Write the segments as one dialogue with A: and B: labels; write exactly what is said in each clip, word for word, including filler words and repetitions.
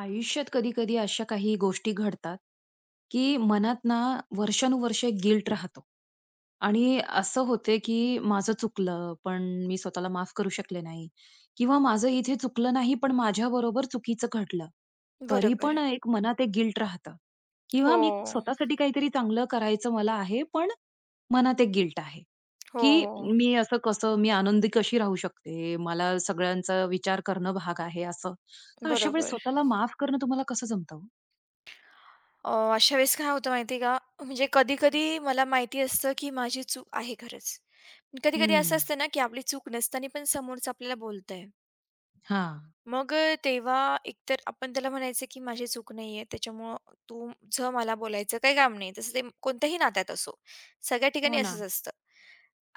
A: आयुष्यात कधी-कधी अशा काही गोष्टी घडतात, की मनात ना वर्षानुवर्षे गिल्ट राहतो आणि असं होते, की माझं चुकलं, पण मी स्वतःला माफ करू शकले नाही किंवा माझं इथे चुकलं नाही, पण माझ्याबरोबर चुकीचं घडलं. तरी
B: बरोबर.
A: पण एक मनात एक गिल्ट राहतं
B: हो.
A: किंवा मी स्वतःसाठी काहीतरी चांगलं करायचं मला आहे, पण मनात एक गिल्ट आहे,
B: हो,
A: की
B: हो.
A: मी असं कसं, मी आनंदी कशी राहू शकते? मला सगळ्यांचा विचार करणं भाग आहे असं. तर अशा वेळेस
B: बरोबर.
A: स्वतःला माफ करणं तुम्हाला कसं जमतं हो?
B: अ, अशा वेळेस काय होतं माहिती आहे का, म्हणजे कधी-कधी मला माहिती असतं, की माझी चूक आहे खरंच. कधी-कधी असं
A: हम्म.
B: असतं ना, की आपली चूक नसताना पण समोरचा आपल्याला बोलतंय.
A: हां.
B: मग अ, तेव्हा एकतर आपण त्याला म्हणायचं, की माझी चूक नाहीये, त्याच्यामुळं तुझं मला बोलायचं काही काम नाही. तसं ते कोणत्याही नात्यात असो, सगळ्या ठिकाणी
A: हो ना.
B: असंच असतं.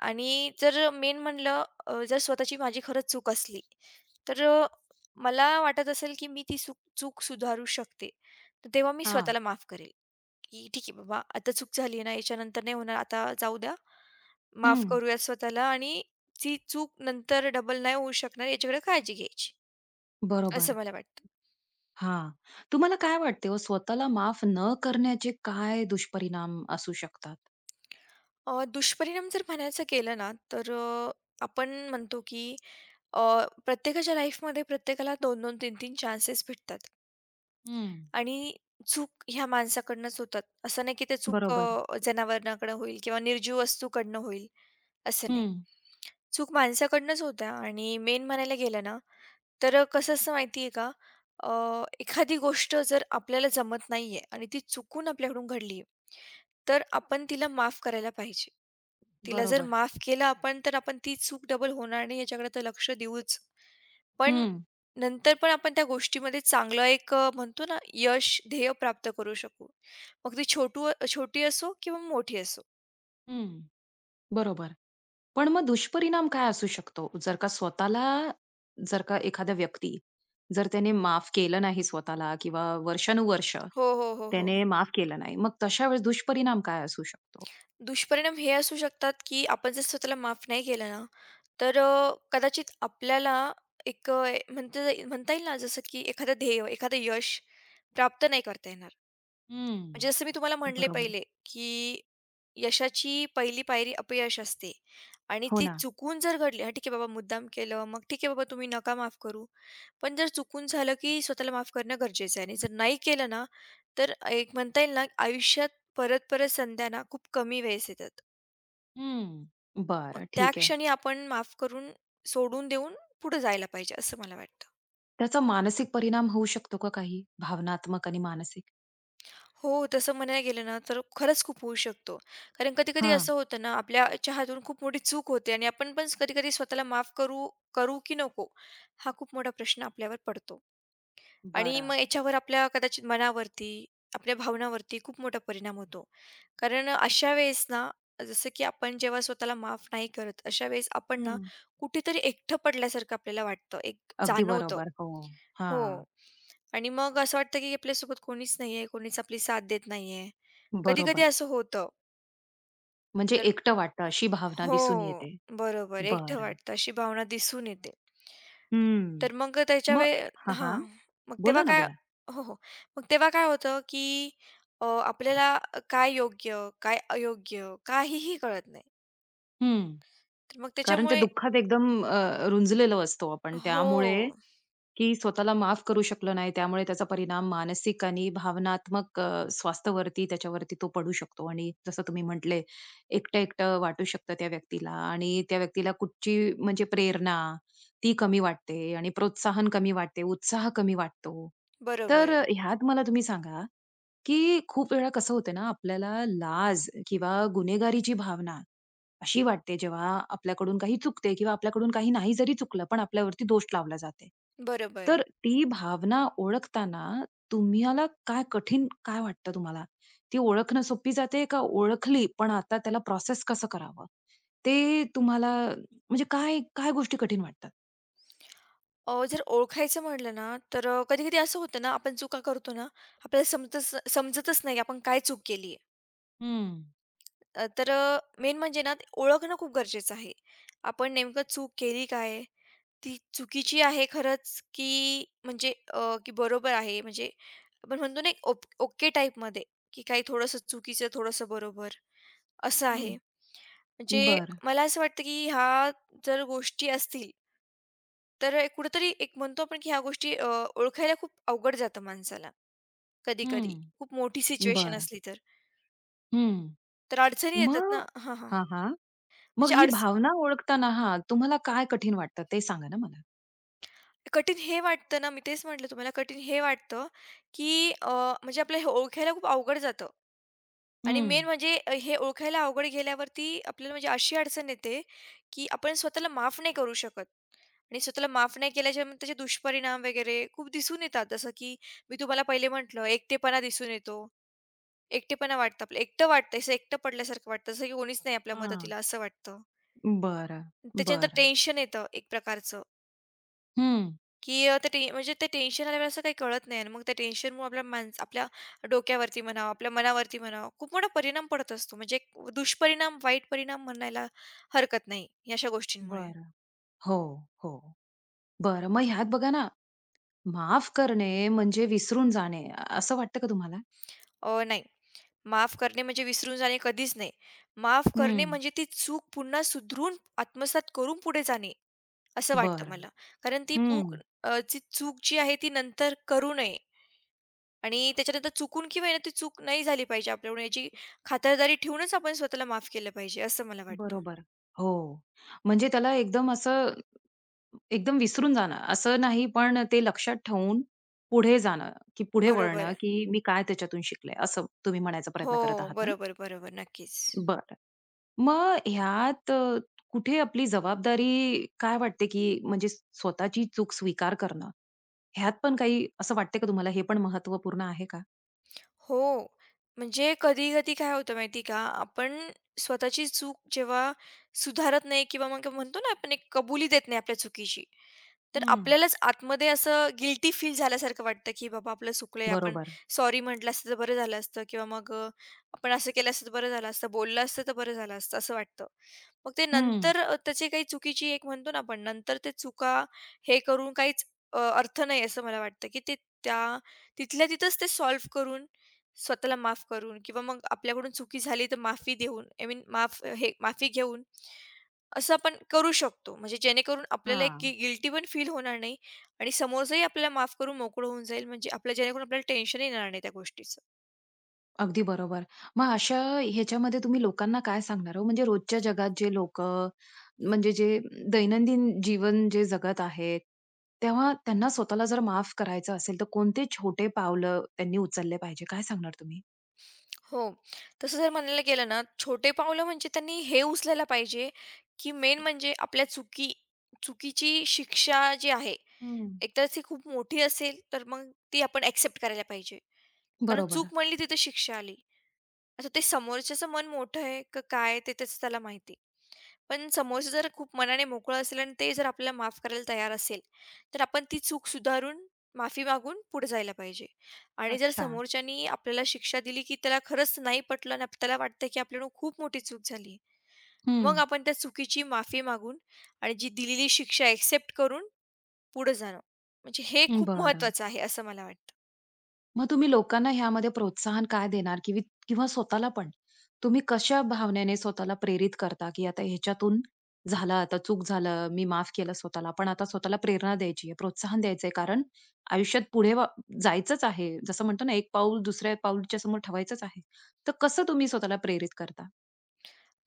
B: आणि जर मेन म्हणलं अ, जर स्वतःची माझी खरंच चूक असली, तर अ, मला वाटत असेल, की मी ती चूक चूक सुधारू शकते. तर तेव्हा मी
A: हां.
B: स्वतःला माफ करेल, की ठीक आहे बाबा, आता चूक झाली ना, याच्यानंतर नाही होणार, आता जाऊ द्या, माफ
A: हं.
B: करूयात स्वतःला आणि ती चूक नंतर डबल नाही होऊ शकणार याच्याकडे काळजी घ्यायची, असं
A: बरोबर.
B: मला वाटतं.
A: हां. तुम्हाला काय वाटते हो स्वतःला माफ न करण्याचे काय दुष्परिणाम असू शकतात?
B: अ, दुष्परिणाम जर म्हणायचं केलं ना, तर अ, आपण म्हणतो की अ, प्रत्येकाच्या लाईफमध्ये प्रत्येकाला दोन-दोन, तीन-तीन चान्सेस भेटतात.
A: हं.
B: आणि चूक ह्या माणसाकडनंच होतात. असं नाही की ते चूक
A: बरोबर.
B: अ, जनावरांकडनं होईल किंवा निर्जीव वस्तूकडनं होईल, असं नाही.
A: हं.
B: चूक माणसाकडनंच होत्या आणि मेन म्हणायला गेलं ना, तर कसं असतं माहिती का, अ, एखादी गोष्ट जर आपल्याला जमत नाहीये आणि ती चुकून आपल्याकडून घडली, तर आपण तिला माफ करायला पाहिजे. तिला जर
A: बरोबर.
B: माफ केलं आपण, तर आपण ती चूक डबल होणार नाही याच्याकडे तर लक्ष देऊच. पण
A: हं.
B: नंतर पण आपण त्या गोष्टीमध्ये चांगलं एक अ, म्हणतो ना, यश, ध्येय प्राप्त करू शकू. मग ती छोटू छोटी असो किंवा मोठी असो.
A: हं. बरोबर. पण मग दुष्परिणाम काय असू शकतो? जर का स्वतःला जर का एखादा व्यक्ती जर त्याने माफ केलं नाही स्वतःला किंवा वर्षानुवर्ष
B: हो, हो, हो, हो.
A: त्याने माफ केलं नाही. मग तशा वेळेस दुष्परिणाम काय असू शकतो?
B: दुष्परिणाम हे असू शकतात, की आपण जर स्वतःला माफ नाही केलं ना, तर अ, कदाचित आपल्याला एक अ, म्हणता म्हणता येईल ना, जसं की एखादं ध्येय, एखादं यश प्राप्त नाही करता येणार. म्हणजे
A: हं.
B: जसं मी तुम्हाला म्हणले
A: बरोबर.
B: पहिले, की यशाची पहिली पायरी अपयश असते आणि
A: हो
B: ती
A: ना.
B: चुकून जर घडली, हां, ठीक आहे बाबा मुद्दाम केलं, मग ठीक आहे बाबा तुम्ही नका माफ करू. पण जर चुकून झालं, की स्वतःला माफ करणं गरजेचं आहे आणि जर नाही केलं ना, तर एक म्हणता येईल ना, आयुष्यात परत-परत संध्या ना खूप कमी वेळेस येतात.
A: हं.
B: मग
A: बरं,
B: त्या
A: ठीक आहे.
B: क्षणी आपण माफ करून, सोडून देऊन पुढे जायला पाहिजे असं मला वाटतं.
A: त्याचा मानसिक परिणाम होऊ शकतो का काही? भावनात्मक आणि मानसिक?
B: हो, तसं म्हणायला गेलं ना, तर खरंच खूप होऊ शकतो. कारण कधी-कधी
A: हां,
B: असं होतं ना, आपल्याच्या हातून खूप मोठी चूक होते आणि आपण पण कधी-कधी स्वतःला माफ करू करू की नको? हा खूप मोठा प्रश्न आपल्यावर पडतो. आणि
A: बरं.
B: मग याच्यावर आपल्या कदाचित मनावरती, आपल्या भावनावरती खूप मोठा परिणाम होतो. कारण अशा वेळेस ना, जसं की आपण जेव्हा स्वतःला माफ नाही करत, अशा वेळेस आपण ना
A: हं.
B: कुठेतरी एकटं पडल्यासारखं आपल्याला वाटतं, एक
A: अगदी
B: जाणवतं.
A: बरोबर. हो. हां,
B: हो. आणि मग असं वाटतं की आपल्यासोबत कोणीच नाहीये, कोणीच आपली साथ देत नाहीये. कधी-कधी
A: बरोबर.
B: असं होतं.
A: म्हणजे
B: तर
A: एकटं वाटतं अशी भावना
B: हो,
A: दिसून येते.
B: बरोबर. एकटं
A: बरं.
B: वाटतं अशी भावना दिसून येते.
A: हं.
B: तर मग अ, त्याच्या
A: मग
B: वे
A: हां, हां.
B: हां. मग तेव्हा
A: बोला ना,
B: काय
A: बोला.
B: हो, हो. मग तेव्हा काय होतं, की अ, आपल्याला काय योग्य, काय अयोग्य काहीही कळत नाही.
A: हं.
B: तर मग
A: कारण त्या
B: त्याच्यामुळे
A: दुःखात एकदम अ, रुंजलेलो असतो आपण
B: हो,
A: त्यामुळे की स्वतःला माफ करू शकलो नाही, त्यामुळे त्याचा परिणाम मानसिक आणि भावनात्मक अ, स्वास्थ्यावरती त्याच्यावरती तो पडू शकतो आणि जसं तुम्ही म्हटले, एकटं-एकटं वाटू शकतं त्या व्यक्तीला आणि त्या व्यक्तीला कुठची म्हणजे प्रेरणा ती कमी वाटते आणि प्रोत्साहन कमी वाटते, उत्साह कमी वाटतो. तर
B: बरोबर,
A: अ, ह्यात मला तुम्ही सांगा, की खूप वेळा कसं होतं ना, आपल्याला लाज किंवा गुन्हेगारीची भावना अशी वाटते जेव्हा आपल्याकडून काही चुकते किंवा आपल्याकडून काही नाही जरी चुकलं, पण आपल्यावरती दोष लावला जाते.
B: बरोबर.
A: तर ती भावना ओळखताना तुम्हाला काय कठीण काय वाटतं तुम्हाला? ती ओळखणं सोपी जाते का ओळखली, पण आता त्याला प्रोसेस कसं करावं? ते तुम्हाला म्हणजे काय, काय गोष्टी कठीण वाटतात?
B: अ, जर ओळखायचं म्हटलं ना, तर कधी-कधी असं होतं ना, आपण चुका करतो ना, आपल्याला समजतच समजतच नाही, की आपण काय चूक केली
A: हं,
B: अ, तर अ, मेन म्हणजे ना ते ओळखणं खूप गरजेचं आहे. आपण नेमकं चूक केली काय? ती चुकीची आहे खरंच, की म्हणजे अ, की बरोबर आहे म्हणजे आपण म्हणतो ना एक ओप ओके टाईपमध्ये, की काही थोडंसं चुकीचं, थोडंसं बरोबर असं
A: हं.
B: आहे. म्हणजे
A: बरं.
B: मला असं वाटतं, की ह्या जर गोष्टी असतील, तर अ, कुठेतरी एक म्हणतो आपण, की ह्या गोष्टी अ, ओळखायला खूप अवघड जातं माणसाला कधी-कधी.
A: हं.
B: खूप मोठी सिच्युएशन
A: बरं.
B: असली तर.
A: हं.
B: तर अडचणी येतात
A: मग
B: ना हां, हां.
A: हां, हां. मग
B: म्हणजे
A: ही भावना ओळखताना हां, तुम्हाला काय कठीण वाटतं ते सांगा ना मला?
B: कठीण हे वाटतं ना, मी तेच म्हटलं तुम्हाला कठीण हे वाटतं, की अ, म्हणजे आपल्याला हे ओळखायला खूप अवघड जातं आणि
A: हं,
B: मेन म्हणजे अ, हे ओळखायला अवघड गेल्यावरती आपल्याला म्हणजे अशी अडचण येते, की आपण स्वतःला माफ नाही करू शकत आणि स्वतःला माफ नाही केल्याच्या मग त्याचे दुष्परिणाम वगैरे खूप दिसून येतात. जसं की मी तुम्हाला पहिले म्हटलं, एकटेपणा दिसून येतो. एकटेपणा वाटतं आपलं एकटं वाटतं, असं एकटं पडल्यासारखं वाटतं, जसं की कोणीच नाही आपल्या
A: हां.
B: मदतीला असं वाटतं.
A: बरं,
B: त्याच्यानंतर
A: बरं.
B: टेन्शन येतं एक प्रकारचं.
A: हं.
B: की अ, ते टे म्हणजे ते टेन्शन आल्यावर असं काही कळत नाही आणि मग त्या टेन्शनमुळे आपल्या माणस आपल्या डोक्यावरती म्हणा, आपल्या मनावरती म्हणा, खूप मोठा परिणाम पडत असतो. म्हणजे एक दुष्परिणाम, वाईट परिणाम म्हणायला हरकत नाही, या अशा गोष्टींमुळे.
A: बरं. हो, हो. बरं, मग ह्यात बघा ना, माफ करणे म्हणजे विसरून जाणे, अ- असं वाटतं का तुम्हाला?
B: अ, नाही, माफ करणे म्हणजे विसरून जाणे कधीच नाही. माफ करणे
A: हं.
B: म्हणजे ती चूक पुन्हा सुधरून, आत्मसात करून पुढे जाणे, असं वाटतं
A: बरं.
B: मला. कारण ती पूक
A: हं.
B: अ, ती चूक जी आहे ती नंतर करू नये. आणि त्याच्यानंतर चुकून किंवा आहे ना, ती चूक नाही झाली पाहिजे आपल्याकडून. याची खातरदारी ठेवूनच आपण स्वतःला माफ केलं पाहिजे, असं मला वाटतं.
A: बरोबर. हो. म्हणजे त्याला एकदम असं एकदम विसरून जाणं, असं नाही, पण ते लक्षात ठेवून पुढे जाणं, की पुढे वळणं,
B: बरोबर.
A: की मी काय त्याच्यातून शिकले, असं तुम्ही म्हणायचा
B: हो,
A: प्रयत्न करत आहात ना?
B: बरोबर, बरोबर. नक्कीच.
A: बरं. मग ह्यात अ, कुठे आपली जबाबदारी काय वाटते, की म्हणजे स्वतःची चूक स्वीकार करणं, ह्यात पण काही असं वाटते का तुम्हाला, हे पण महत्त्वपूर्ण आहे का?
B: हो, म्हणजे कधी-कधी काय होतं माहिती का, आपण स्वतःची चूक जेव्हा सुधारत नाही किंवा मग म्हणतो ना, आपण एक कबुली देत नाही आपल्या चुकीची. तर
A: हं.
B: आपल्यालाच आतमध्ये असं गिल्टी फील झाल्यासारखं वाटतं, की बाबा आपलं चुकलंय. आपण
A: बरोबर.
B: सॉरी म्हटलं असतं तर बरं झालं असतं किंवा मग अ, आपण असं केलं असतं तर बरं झालं असतं, बोललं असतं तर बरं झालं असतं, असं वाटतं. मग ते
A: हं.
B: नंतर अ, त्याची काही चुकीची एक म्हणतो ना आपण, नंतर ते चुका हे करून काहीच अ, अर्थ नाही असं मला वाटतं, की ते त्या तिथल्या तिथंच ते सॉल्व्ह करून, स्वतःला माफ करून किंवा मग आपल्याकडून चुकी झाली तर माफी देऊन, आय मीन माफ हे माफी घेऊन असं आपण करू शकतो. म्हणजे जेणेकरून आपल्याला एक
A: हां.
B: गी गिल्टी पण फील होणार नाही आणि समोरचाही आपल्याला माफ करून मोकळं होऊन जाईल. म्हणजे आपल्या जेणेकरून आपल्याला टेन्शन येणार नाही त्या गोष्टीचं.
A: अगदी बरोबर. मग अशा ह्याच्यामध्ये तुम्ही लोकांना काय सांगणार हो? म्हणजे रोजच्या जगात जे लोकं म्हणजे जे दैनंदिन जीवन जे जगत आहेत, तेव्हा त्यांना स्वतःला जर माफ करायचं असेल, तर कोणते छोटे पावलं त्यांनी उचलले पाहिजे? काय सांगणार तुम्ही?
B: हो. तसं जर म्हणायला गेलं ना, छोटे पावलं म्हणजे त्यांनी हे उचलायला पाहिजे, की मेन म्हणजे आपल्या चुकी चुकीची शिक्षा जी आहे,
A: हं.
B: एकतर ती खूप मोठी असेल, तर मग ती आपण एक्सेप्ट करायला पाहिजे. कारण
A: बरोबर.
B: चूक म्हणली तिथे शिक्षा आली. आता ते समोरच्याचं मन मोठं आहे का काय ते त्याचं त्याला माहिती. पण समोरचा जर खूप मनाने मोकळं असेल आणि ते जर आपल्याला माफ करायला तयार असेल, तर आपण ती चूक सुधारून माफी मागून पुढे जायला पाहिजे. आणि जर
A: अच्छा.
B: समोरच्यानी आपल्याला शिक्षा दिली, की त्याला खरंच नाही पटलं आणि आप- त्याला वाटतं, की आपल्याकडून खूप मोठी चूक झाली.
A: हं.
B: मग आपण त्या चुकीची माफी मागून आणि जी दिलेली शिक्षा एक्सेप्ट करून पुढे जाणं. म्हणजे हे खूप
A: बरं.
B: महत्त्वाचं आहे असं मला वाटतं.
A: मग तुम्ही लोकांना ह्यामध्ये प्रोत्साहन काय देणार किवी किंवा स्वतःला पण? तुम्ही कशा भावनेने स्वतःला प्रेरित करता, की आता ह्याच्यातून झालं, आता चूक झालं, मी माफ केलं स्वतःला, पण आता स्वतःला प्रेरणा द्यायची आहे, प्रोत्साहन द्यायचंय कारण आयुष्यात पुढे वा जायचंच आहे. जसं म्हणतो ना, एक पाऊल दुसऱ्या पाऊलच्या समोर ठेवायचंच आहे. तर कसं तुम्ही स्वतःला प्रेरित करता?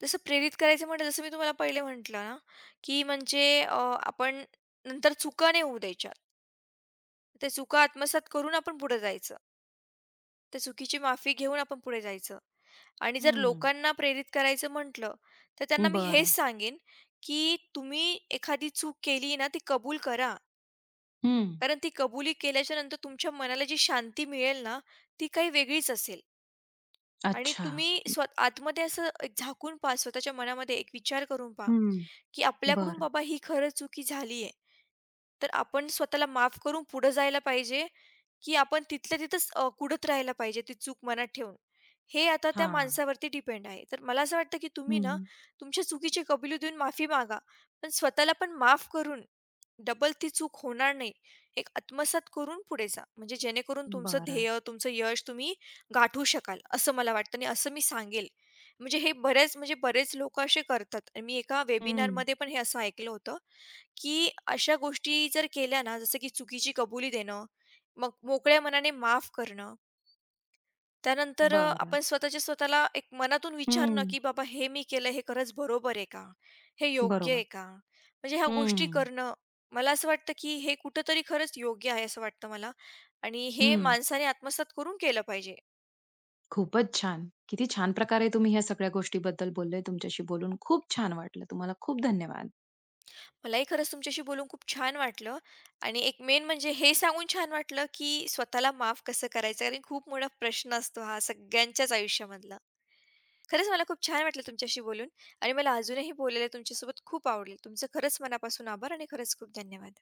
B: तसं प्रेरित करायचं म्हटलं जसं मी तुम्हाला पहिले म्हटलं ना, की म्हणजे अ, आपण नंतर चुका नाही होऊ द्यायच्या. त्या चुका आत्मसात करून आपण पुढे जायचं. त्या चुकीची माफी घेऊन आपण पुढे जायचं. आणि जर
A: हं.
B: लोकांना प्रेरित करायचं म्हटलं, तर त्यांना मी हेच
A: बरं.
B: सांगेन, की तुम्ही एखादी चूक केली ना, ती कबूल करा.
A: हं.
B: कारण ती कबुली केल्याच्यानंतर तुमच्या मनाला जी शांती मिळेल ना, ती काही वेगळीच असेल. आणि
A: अच्छा.
B: तुम्ही स्व आतमध्ये असं एक झाकून पहा, स्वतःच्या मनामध्ये एक विचार करून पहा,
A: हं.
B: की आपल्याकडून
A: बरं.
B: बाबा ही खरंच चुकी झाली आहे. तर आपण स्वतःला माफ करून पुढे जायला पाहिजे, की आपण तिथल्या तिथंच अ, कुढत राहायला पाहिजे ती चूक मनात ठेवून. हे आता त्या
A: हां.
B: माणसावरती डिपेंड आहे. तर मला असं वाटतं, की तुम्ही ना
A: हं.
B: तुमच्या चुकीची कबुली देऊन माफी मागा, पण स्वतःला पण माफ करून डबल ती चूक होणार नाही, एक आत्मसात करून पुढे जा. म्हणजे जेणेकरून तुमचं
A: बरं.
B: ध्येय, तुमचं यश तुम्ही गाठू शकाल, असं मला वाटतं आणि असं मी सांगेल. म्हणजे हे बरेच म्हणजे बरेच लोकं असे करतात. आणि मी एका
A: हं.
B: वेबिनारमध्ये पण हे असं ऐकलं होतं, की अशा गोष्टी जर केल्या ना, जसं की चुकीची कबुली देणं, मग मोकळ्या मनाने माफ करणं, त्यानंतर अ,
A: बरं.
B: आपण स्वतःच्या स्वतःला एक मनातून विचारणं,
A: हं.
B: की "बाबा हे मी केलं हे खरंच बरोबर आहे का? हे योग्य आहे
A: बरोबर.
B: का?" म्हणजे ह्या गोष्टी
A: हं,
B: करणं, मला असं वाटतं, की हे कुठेतरी खरंच योग्य आहे असं वाटतं मला आणि हे
A: हं.
B: माणसाने आत्मसात करून केलं पाहिजे.
A: खूपच छान. किती छान प्रकारे तुम्ही ह्या सगळ्या गोष्टीबद्दल बोलले. तुमच्याशी बोलून खूप छान वाटलं. तुम्हाला खूप धन्यवाद.
B: मलाही खरंच तुमच्याशी बोलून खूप छान वाटलं आणि एक मेन म्हणजे हे सांगून छान वाटलं, की स्वतःला माफ कसं करायचं? कारण खूप मोठा प्रश्न असतो हा सगळ्यांच्याच आयुष्यामधला. खरंच मला खूप छान वाटलं तुमच्याशी बोलून आणि मला अजूनही बोलायला तुमच्यासोबत खूप आवडेल. तुमचं खरंच मनापासून आभार आणि खरंच खूप धन्यवाद.